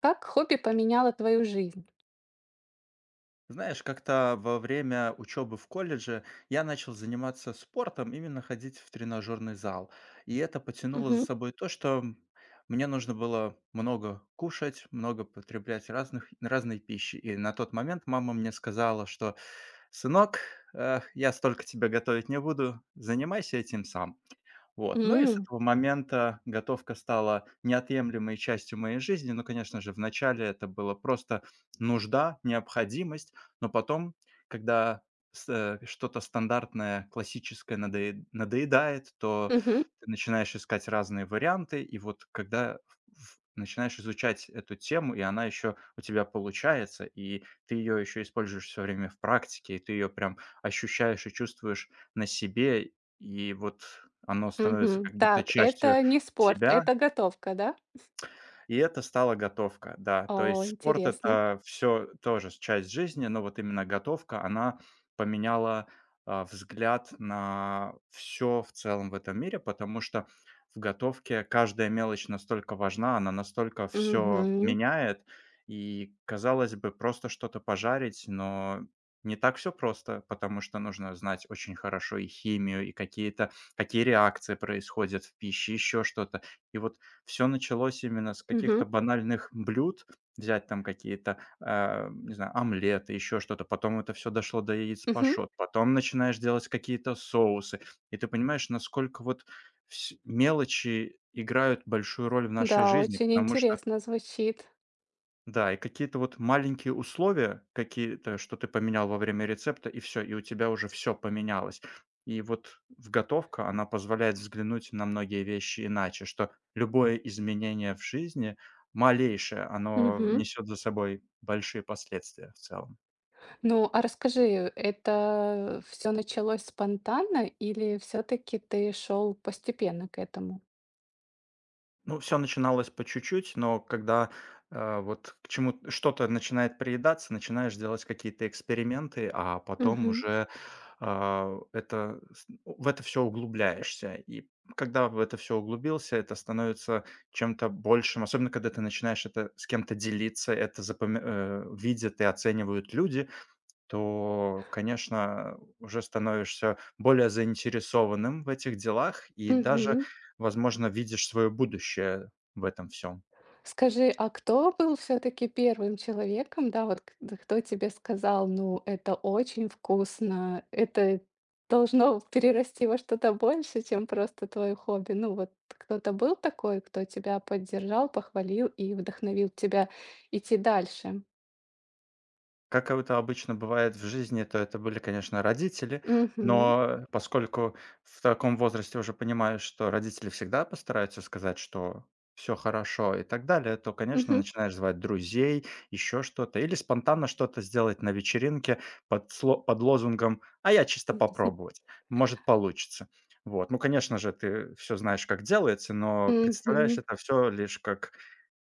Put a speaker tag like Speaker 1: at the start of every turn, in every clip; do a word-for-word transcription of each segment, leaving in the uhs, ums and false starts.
Speaker 1: Как хобби поменяло твою жизнь?
Speaker 2: Знаешь, как-то во время учебы в колледже я начал заниматься спортом, именно ходить в тренажерный зал. И это потянуло за
Speaker 1: Мгм.
Speaker 2: собой то, что м, мне нужно было много кушать, много потреблять разных, разной пищи. И на тот момент мама мне сказала, что: «Сынок, э, я столько тебя готовить не буду, занимайся этим сам». Вот. Ну и с
Speaker 1: М.
Speaker 2: этого момента готовка стала неотъемлемой частью моей жизни. Ну, конечно же, вначале это было просто нужда, необходимость, но потом, когда с- э, что-то стандартное, классическое надоед- надоедает, то
Speaker 1: Мгм.
Speaker 2: ты начинаешь искать разные варианты, и вот когда в- начинаешь изучать эту тему, и она еще у тебя получается, и ты ее еще используешь все время в практике, и ты ее прям ощущаешь и чувствуешь на себе, и вот оно становится
Speaker 1: Мгм.
Speaker 2: как будто
Speaker 1: Так,
Speaker 2: частью
Speaker 1: это не спорт,
Speaker 2: тебя,
Speaker 1: это готовка, да?
Speaker 2: и это стала готовка, да. То
Speaker 1: О,
Speaker 2: есть спорт-
Speaker 1: интересно.
Speaker 2: это все тоже часть жизни, но вот именно готовка, она поменяла, а, взгляд на все в целом в этом мире, потому что в готовке каждая мелочь настолько важна, она настолько все
Speaker 1: Мгм.
Speaker 2: меняет. И, казалось бы, просто что-то пожарить, но не так все просто, потому что нужно знать очень хорошо и химию, и какие-то какие реакции происходят в пище, еще что-то. И вот все началось именно с каких-то
Speaker 1: Мгм.
Speaker 2: банальных блюд. Взять там какие-то, э, не знаю, омлеты, еще что-то. Потом это все дошло до яиц
Speaker 1: Мгм.
Speaker 2: пашот. Потом начинаешь делать какие-то соусы. И ты понимаешь, насколько вот вс мелочи играют большую роль в нашей
Speaker 1: Да,
Speaker 2: жизни,
Speaker 1: очень
Speaker 2: потому что
Speaker 1: интересно звучит.
Speaker 2: да, и какие-то вот маленькие условия какие-то, что ты поменял во время рецепта, и все, и у тебя уже все поменялось. И вот в готовка, она позволяет взглянуть на многие вещи иначе, что любое изменение в жизни, малейшее, оно
Speaker 1: Мгм.
Speaker 2: несет за собой большие последствия в целом.
Speaker 1: Ну, а расскажи, это все началось спонтанно или все таки ты шел постепенно к этому?
Speaker 2: Ну, все начиналось по чуть-чуть, но когда, э, вот к чему что-то начинает приедаться, начинаешь делать какие-то эксперименты, а потом
Speaker 1: Мгм.
Speaker 2: уже, а, это с в это все углубляешься. И когда в это все углубился, это становится чем-то большим, особенно когда ты начинаешь это с кем-то делиться, это запоми э, видят и оценивают люди, то, конечно, уже становишься более заинтересованным в этих делах и даже,
Speaker 1: Мгм.
Speaker 2: возможно, видишь свое будущее в этом всем.
Speaker 1: Скажи, а кто был все-таки первым человеком, да, вот к- да, кто тебе сказал, ну, это очень вкусно, это должно перерасти во что-то больше, чем просто твое хобби. Ну, вот кто-то был такой, кто тебя поддержал, похвалил и вдохновил тебя идти дальше.
Speaker 2: Как это обычно бывает в жизни, то это были, конечно, родители,
Speaker 1: Угу,
Speaker 2: но поскольку в таком возрасте уже понимаешь, что родители всегда постараются сказать, что все хорошо и так далее, то, конечно,
Speaker 1: угу,
Speaker 2: начинаешь звать друзей, еще что-то, или спонтанно что-то сделать на вечеринке под, сло- под лозунгом: «А я чисто попробовать, может получится». Вот. Ну, конечно же, ты все знаешь, как делается, но представляешь
Speaker 1: угу.
Speaker 2: это все лишь как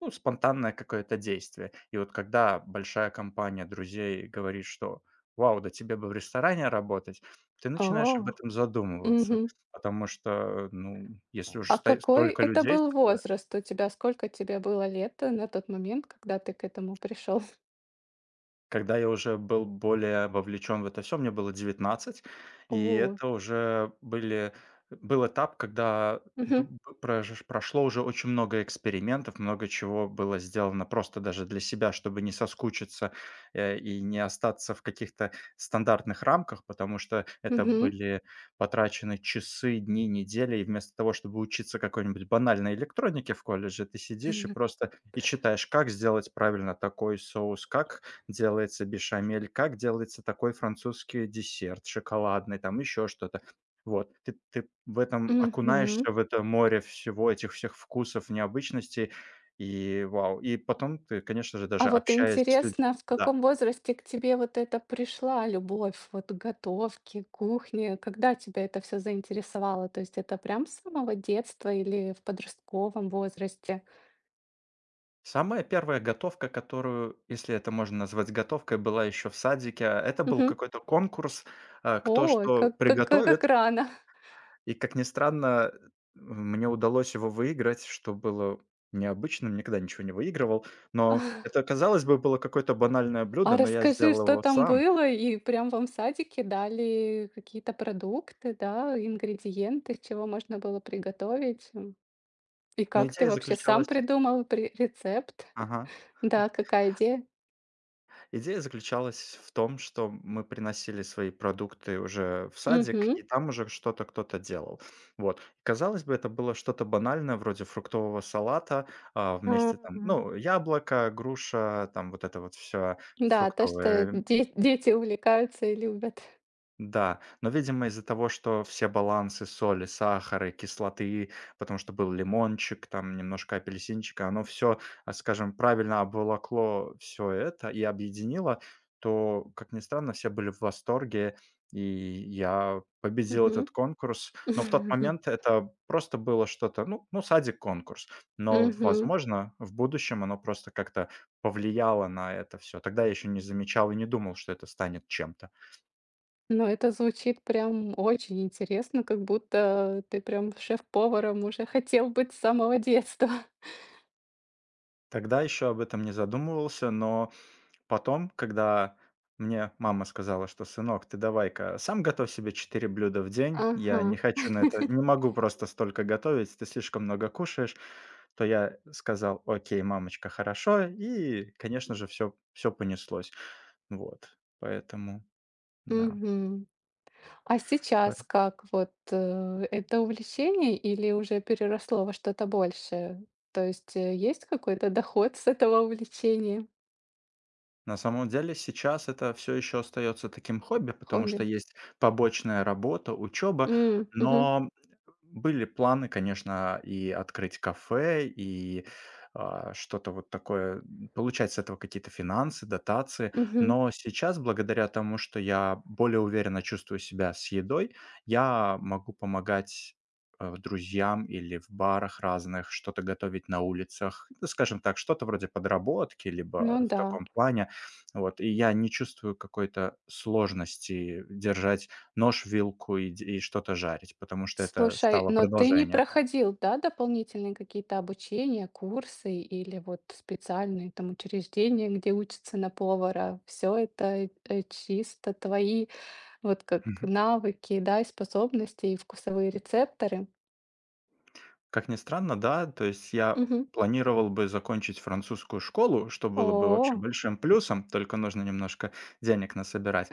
Speaker 2: ну, спонтанное какое-то действие. И вот когда большая компания друзей говорит, что: «Вау, да тебе бы в ресторане работать», — ты начинаешь об
Speaker 1: О,
Speaker 2: этом задумываться.
Speaker 1: угу.
Speaker 2: Потому что, ну, если
Speaker 1: А,
Speaker 2: уж
Speaker 1: Вот.
Speaker 2: сто
Speaker 1: какой
Speaker 2: столько
Speaker 1: это
Speaker 2: людей
Speaker 1: был
Speaker 2: сказали.
Speaker 1: возраст у тебя? Сколько тебе было лет э, на тот момент, когда ты к этому пришел?
Speaker 2: Когда я уже был более вовлечен в это все, мне было девятнадцать, и
Speaker 1: О,
Speaker 2: это уже были был этап, когда б
Speaker 1: мгм.
Speaker 2: б прош прошло уже очень много экспериментов, много чего было сделано просто даже для себя, чтобы не соскучиться, э, и не остаться в каких-то стандартных рамках, потому что это
Speaker 1: Мгм.
Speaker 2: были потрачены часы, дни, недели. И вместо того, чтобы учиться какой-нибудь банальной электронике в колледже, ты сидишь и
Speaker 1: Мгм.
Speaker 2: просто и читаешь, как сделать правильно такой соус, как делается бешамель, как делается такой французский десерт шоколадный, там еще что-то. Вот. Ты ты в этом
Speaker 1: Мгм.
Speaker 2: окунаешься, в это море всего, этих всех вкусов, необычностей. И вау! И потом ты, конечно же,
Speaker 1: А
Speaker 2: даже
Speaker 1: вот
Speaker 2: общаясь с людьми.
Speaker 1: интересно, в
Speaker 2: Да.
Speaker 1: каком возрасте к тебе вот это пришла любовь, вот к готовке, кухне? Когда тебя это все заинтересовало? То есть это прям с самого детства или в подростковом возрасте?
Speaker 2: Самая первая готовка, которую, если это можно назвать готовкой, была еще в садике. Это был
Speaker 1: Мгм.
Speaker 2: какой-то конкурс, а, кто
Speaker 1: Ой,
Speaker 2: что
Speaker 1: как как как
Speaker 2: приготовит.
Speaker 1: как рано.
Speaker 2: И, как ни странно, мне удалось его выиграть, что было необычным, никогда ничего не выигрывал. Но это, казалось бы, было какое-то банальное блюдо,
Speaker 1: А
Speaker 2: но я
Speaker 1: расскажи,
Speaker 2: сделал
Speaker 1: что
Speaker 2: его
Speaker 1: там
Speaker 2: сам.
Speaker 1: было? И прям вам в садике дали какие-то продукты, да, ингредиенты, чего можно было приготовить? М, и
Speaker 2: Но
Speaker 1: как ты
Speaker 2: идея
Speaker 1: вообще сам
Speaker 2: заключалась…
Speaker 1: придумал при рецепт?
Speaker 2: Ага.
Speaker 1: Да, какая идея?
Speaker 2: Идея заключалась в том, что мы приносили свои продукты уже в садик,
Speaker 1: Мгм.
Speaker 2: и там уже что-то кто-то делал. Вот. Казалось бы, это было что-то банальное, вроде фруктового салата, а,
Speaker 1: А,
Speaker 2: вместе там, ну, яблоко, груша, там вот это вот все
Speaker 1: да, то, что
Speaker 2: фруктовое.
Speaker 1: де дети увлекаются и любят.
Speaker 2: Да, но, видимо, из-за того, что все балансы соли, сахара, кислоты, потому что был лимончик, там немножко апельсинчика, оно все, скажем, правильно обволокло все это и объединило, то, как ни странно, все были в восторге, и я победил
Speaker 1: Мгм.
Speaker 2: этот конкурс. Но в тот момент это просто было что-то, ну, ну садик-конкурс. Но,
Speaker 1: Мгм.
Speaker 2: возможно, в будущем оно просто как-то повлияло на это все. Тогда я еще не замечал и не думал, что это станет чем-то.
Speaker 1: Но это звучит прям очень интересно, как будто ты прям шеф-поваром уже хотел быть с самого детства.
Speaker 2: Тогда еще об этом не задумывался, но потом, когда мне мама сказала, что: «Сынок, ты давай-ка сам готовь себе четыре блюда в день, я не
Speaker 1: Ага.
Speaker 2: хочу на это, не могу просто столько готовить, ты слишком много кушаешь», — то я сказал: «Окей, мамочка, хорошо», — и, конечно же, все, все понеслось. Вот, поэтому, да.
Speaker 1: Мгм. А
Speaker 2: П-
Speaker 1: сейчас как? Вот, э, это увлечение или уже переросло во что-то большее? То есть, э, есть какой-то доход с этого увлечения,
Speaker 2: На самом деле сейчас это все еще остается таким хобби, потому
Speaker 1: хобби?
Speaker 2: что есть побочная работа, учеба,
Speaker 1: М, мгм.
Speaker 2: но были планы, конечно, и открыть кафе, и, а, что-то вот такое, м, получать с этого какие-то финансы, дотации.
Speaker 1: Мгм.
Speaker 2: Но сейчас, благодаря тому, что я более уверенно чувствую себя с едой, я могу помогать, э, друзьям или в барах разных, что-то готовить на улицах. Ну, скажем так, что-то вроде подработки,
Speaker 1: Ну
Speaker 2: либо в
Speaker 1: да.
Speaker 2: таком плане. Вот, и я не чувствую какой-то сложности держать нож, вилку и д и что-то жарить, потому что это
Speaker 1: Слушай,
Speaker 2: стало
Speaker 1: но ты не
Speaker 2: продолжением.
Speaker 1: проходил, да, дополнительные какие-то обучения, курсы или вот специальные там учреждения, где учатся на повара? Все это э, чисто твои вот как
Speaker 2: Мгм.
Speaker 1: навыки, да, и способности, и вкусовые рецепторы.
Speaker 2: Как ни странно, да, то есть я
Speaker 1: Мгм.
Speaker 2: планировал бы закончить французскую школу, что было бы вообще
Speaker 1: О,
Speaker 2: большим плюсом, только нужно немножко денег насобирать.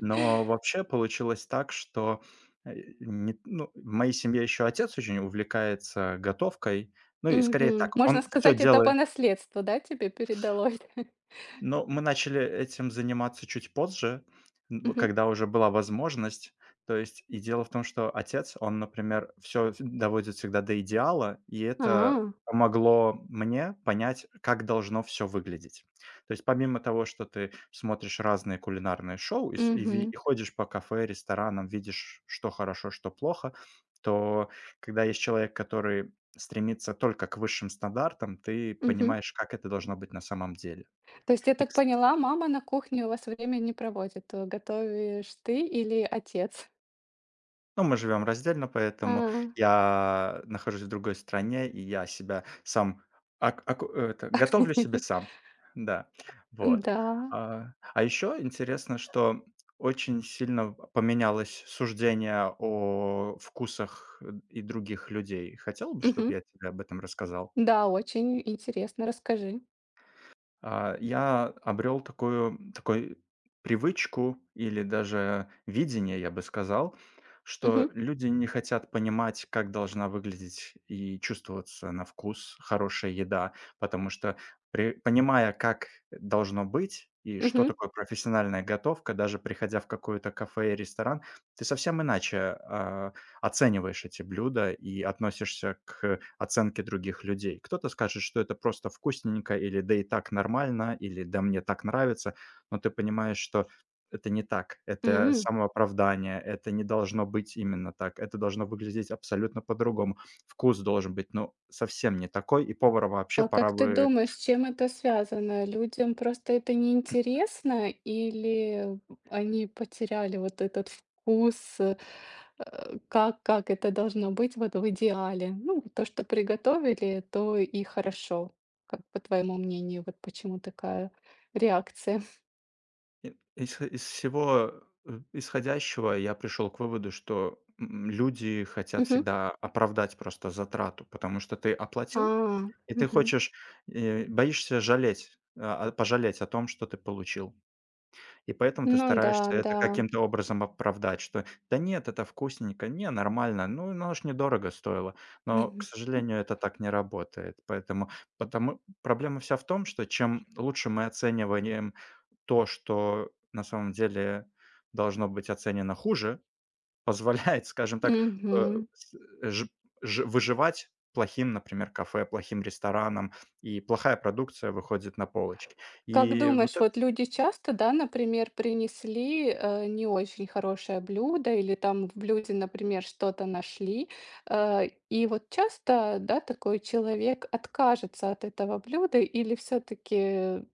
Speaker 2: Но вообще получилось так, что, э, не ну, в моей семье еще отец очень увлекается готовкой. Ну и скорее
Speaker 1: Мгм.
Speaker 2: так,
Speaker 1: Можно
Speaker 2: он все
Speaker 1: сказать, это по
Speaker 2: делает.
Speaker 1: наследству, да, тебе передалось?
Speaker 2: Но мы начали этим заниматься чуть позже, н в
Speaker 1: Мгм.
Speaker 2: когда уже была возможность. То есть и дело в том, что отец, он, например, все доводит всегда до идеала, и
Speaker 1: А,
Speaker 2: это помогло мне понять, как должно все выглядеть. То есть помимо того, что ты смотришь разные кулинарные шоу и с и ви
Speaker 1: мгм.
Speaker 2: и ходишь по кафе, ресторанам, видишь, что хорошо, что плохо, то когда есть человек, который стремится только к высшим стандартам, ты
Speaker 1: Мгм.
Speaker 2: понимаешь, как это должно быть на самом деле.
Speaker 1: То есть я
Speaker 2: И
Speaker 1: так
Speaker 2: кс
Speaker 1: поняла, мама на кухне у вас время не проводит. Э, Готовишь ты или отец?
Speaker 2: Ну, мы живем раздельно,
Speaker 1: А,
Speaker 2: поэтому я нахожусь в другой стране, и я себя сам ак аку это, готовлю себе сам. Да, вот.
Speaker 1: Да.
Speaker 2: А, а еще интересно, что очень сильно поменялось суждение о вкусах э, и других людей. Хотел бы, чтобы
Speaker 1: Мгм.
Speaker 2: я тебе об этом рассказал?
Speaker 1: Да, очень интересно. Расскажи.
Speaker 2: А, я обрел такую такой привычку или даже видение, я бы сказал, что
Speaker 1: Мгм.
Speaker 2: люди не хотят понимать, как должна выглядеть и чувствоваться на вкус хорошая еда, потому что при понимая, как должно быть и что
Speaker 1: Мгм.
Speaker 2: такое профессиональная готовка, даже приходя в какое-то кафе и ресторан, ты совсем иначе, а оцениваешь эти блюда и относишься к оценке других людей. Кто-то скажет, что это просто вкусненько, или да и так нормально, или да мне так нравится, но ты понимаешь, что это не так, это
Speaker 1: М.
Speaker 2: самооправдание, это не должно быть именно так, это должно выглядеть абсолютно по-другому. Вкус должен быть, ну, совсем не такой, и повара вообще
Speaker 1: А
Speaker 2: пора
Speaker 1: как ты
Speaker 2: бы…
Speaker 1: думаешь, с чем это связано? Людям просто это неинтересно, или они потеряли вот этот вкус, э, как, как это должно быть вот в идеале? Ну, вот то, что приготовили, то и хорошо. Как по твоему мнению, вот почему такая реакция?
Speaker 2: И из из всего, э, исходящего я пришел к выводу, что, м, люди хотят
Speaker 1: Мгм.
Speaker 2: всегда оправдать просто затрату, потому что ты оплатил,
Speaker 1: А,
Speaker 2: и ты
Speaker 1: мгм.
Speaker 2: хочешь, э, боишься жалеть, а, а, пожалеть о том, что ты получил. И поэтому ты
Speaker 1: Ну да,
Speaker 2: стараешься это
Speaker 1: да.
Speaker 2: каким-то образом оправдать, что: «Да нет, это вкусненько, не, нормально, ну, ну, оно ж недорого стоило». Но, к
Speaker 1: Мгм.
Speaker 2: сожалению, это так не работает. Поэтому потому проблема вся в том, что чем лучше мы оцениваем то, что на самом деле должно быть оценено хуже, позволяет, скажем так, э,
Speaker 1: Мгм.
Speaker 2: с э, ж ж выживать плохим, например, кафе, плохим ресторанам, и плохая продукция выходит на полочки.
Speaker 1: Как
Speaker 2: И вот
Speaker 1: думаешь,
Speaker 2: это…
Speaker 1: вот люди часто, да, например, принесли, э, не очень хорошее блюдо или там в блюде, например, что-то нашли, э, и вот часто, да, такой человек откажется от этого блюда или все-таки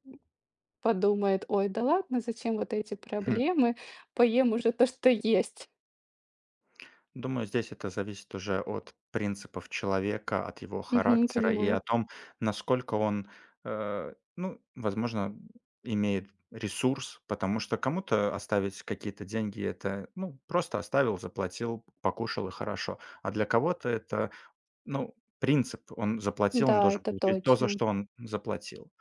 Speaker 1: подумает, ой, да ладно, зачем вот эти проблемы, поем уже то, что есть.
Speaker 2: Думаю, здесь это зависит уже от принципов человека, от его
Speaker 1: Мгм,
Speaker 2: характера и о
Speaker 1: понимаю.
Speaker 2: том, насколько он, э, ну, возможно, имеет ресурс, потому что кому-то оставить какие-то деньги это, ну, просто оставил, заплатил, покушал и хорошо. А для кого-то это, ну, принцип, он заплатил, он
Speaker 1: Да,
Speaker 2: должен
Speaker 1: это
Speaker 2: получить то, за
Speaker 1: точно.
Speaker 2: что он заплатил.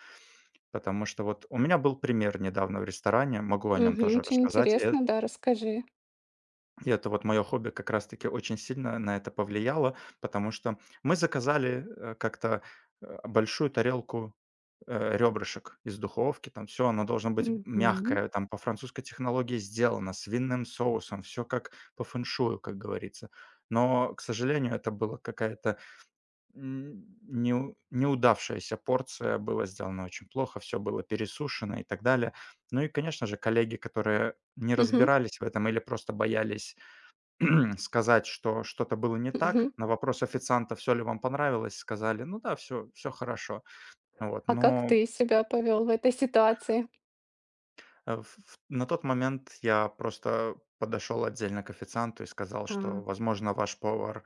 Speaker 2: Потому что вот у меня был пример недавно в ресторане, могу о нем
Speaker 1: Мгм,
Speaker 2: тоже
Speaker 1: очень
Speaker 2: рассказать. Э,
Speaker 1: интересно, да, расскажи.
Speaker 2: и это вот мое хобби как раз-таки очень сильно на это повлияло, потому что мы заказали, э, как-то, э, большую тарелку, э, ребрышек из духовки. Там все, оно должно быть
Speaker 1: Мгм.
Speaker 2: мягкое, там по французской технологии сделано, с винным соусом, все как по фэншую, как говорится. Но, к сожалению, это была какая-то н неу неудавшаяся порция, было сделано очень плохо, все было пересушено и так далее. Ну и, конечно же, коллеги, которые не
Speaker 1: Мгм.
Speaker 2: разбирались в этом или просто боялись сказать, что что-то было не так.
Speaker 1: Мгм.
Speaker 2: На вопрос официанта, все ли вам понравилось, сказали: «Ну да, все все хорошо». Вот,
Speaker 1: А как
Speaker 2: но,
Speaker 1: ты себя повел в этой ситуации?
Speaker 2: э, в в на тот момент я просто подошел отдельно к официанту и сказал,
Speaker 1: А,
Speaker 2: что, возможно, ваш повар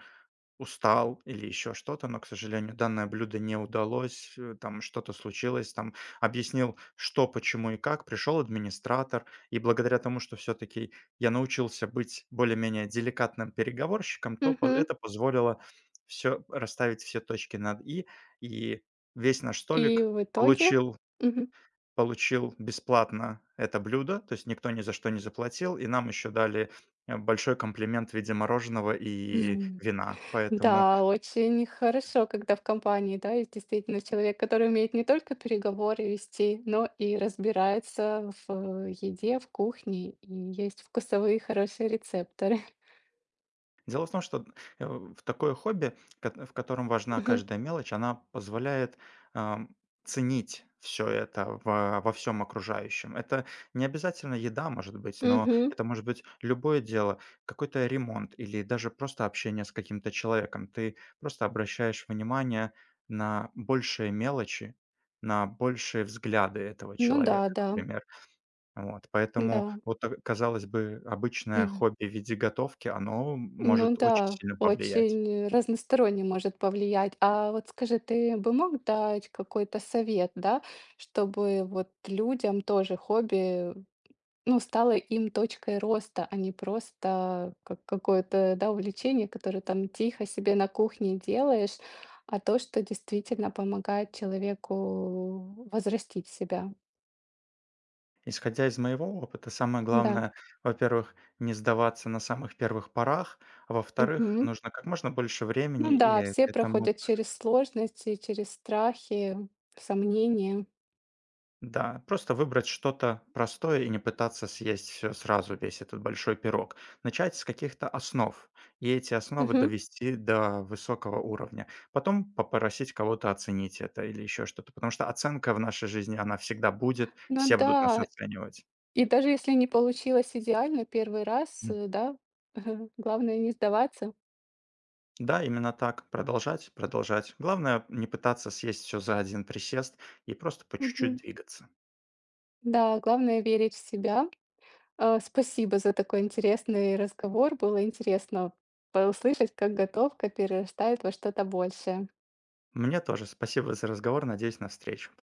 Speaker 2: устал или еще что-то, но, к сожалению, данное блюдо не удалось, э, там что-то случилось, там объяснил, что, почему и как. Пришел администратор, и благодаря тому, что все-таки я научился быть более-менее деликатным переговорщиком, то по-
Speaker 1: мгм.
Speaker 2: это позволило все расставить, все точки над «и», и весь наш
Speaker 1: И
Speaker 2: столик
Speaker 1: в итоге
Speaker 2: получил
Speaker 1: мгм.
Speaker 2: получил бесплатно это блюдо, то есть никто ни за что не заплатил, и нам еще дали э, большой комплимент в виде мороженого и
Speaker 1: Мгм.
Speaker 2: вина. Поэтому…
Speaker 1: Да, очень хорошо, когда в компании, да, есть действительно человек, который умеет не только переговоры вести, но и разбирается в э, еде, в кухне, и есть вкусовые хорошие рецепторы.
Speaker 2: Дело в том, что э, в такое хобби, кот- в котором важна
Speaker 1: Мгм.
Speaker 2: каждая мелочь, она позволяет ам, ценить все это во, во всем окружающем. Это не обязательно еда, может быть, но
Speaker 1: Мгм.
Speaker 2: это может быть любое дело, какой-то ремонт или даже просто общение с каким-то человеком. Ты просто обращаешь внимание на большие мелочи, на большие взгляды этого
Speaker 1: Ну да,
Speaker 2: человека,
Speaker 1: да,
Speaker 2: например. Вот, поэтому
Speaker 1: да.
Speaker 2: вот, та казалось бы, обычное хобби в виде готовки, оно
Speaker 1: Ну
Speaker 2: может очень
Speaker 1: да,
Speaker 2: сильно повлиять.
Speaker 1: очень разносторонне может повлиять. А вот скажи, ты бы мог дать какой-то совет, да, чтобы вот людям тоже хобби, ну, стало им точкой роста, а не просто как какое-то, да, увлечение, которое там тихо себе на кухне делаешь, а то, что действительно помогает человеку возрастить себя.
Speaker 2: Исходя из моего опыта, самое
Speaker 1: Да.
Speaker 2: главное, во-первых, не сдаваться на самых первых порах, а во-вторых,
Speaker 1: Мгм.
Speaker 2: нужно как можно больше времени
Speaker 1: Ну да,
Speaker 2: и к
Speaker 1: все
Speaker 2: этому…
Speaker 1: проходят через сложности, через страхи, сомнения.
Speaker 2: Да, просто выбрать что-то простое и не пытаться съесть все сразу, весь этот большой пирог. Начать с каких-то основ и эти основы
Speaker 1: Мгм.
Speaker 2: довести до высокого уровня. Потом попросить кого-то оценить это или еще что-то, потому что оценка в нашей жизни, она всегда будет, все
Speaker 1: Ну
Speaker 2: будут нас
Speaker 1: да,
Speaker 2: оценивать.
Speaker 1: и даже если не получилось идеально первый раз,
Speaker 2: М.
Speaker 1: э, да, главное не сдаваться.
Speaker 2: Да, именно так. Продолжать, продолжать. Главное, не пытаться съесть все за один присест и просто по чуть-чуть
Speaker 1: Мгм.
Speaker 2: двигаться.
Speaker 1: Да, главное верить в себя. А, спасибо за такой интересный разговор. Было интересно послышать, как готовка перерастает во что-то большее.
Speaker 2: Мне тоже спасибо за разговор. Надеюсь на встречу.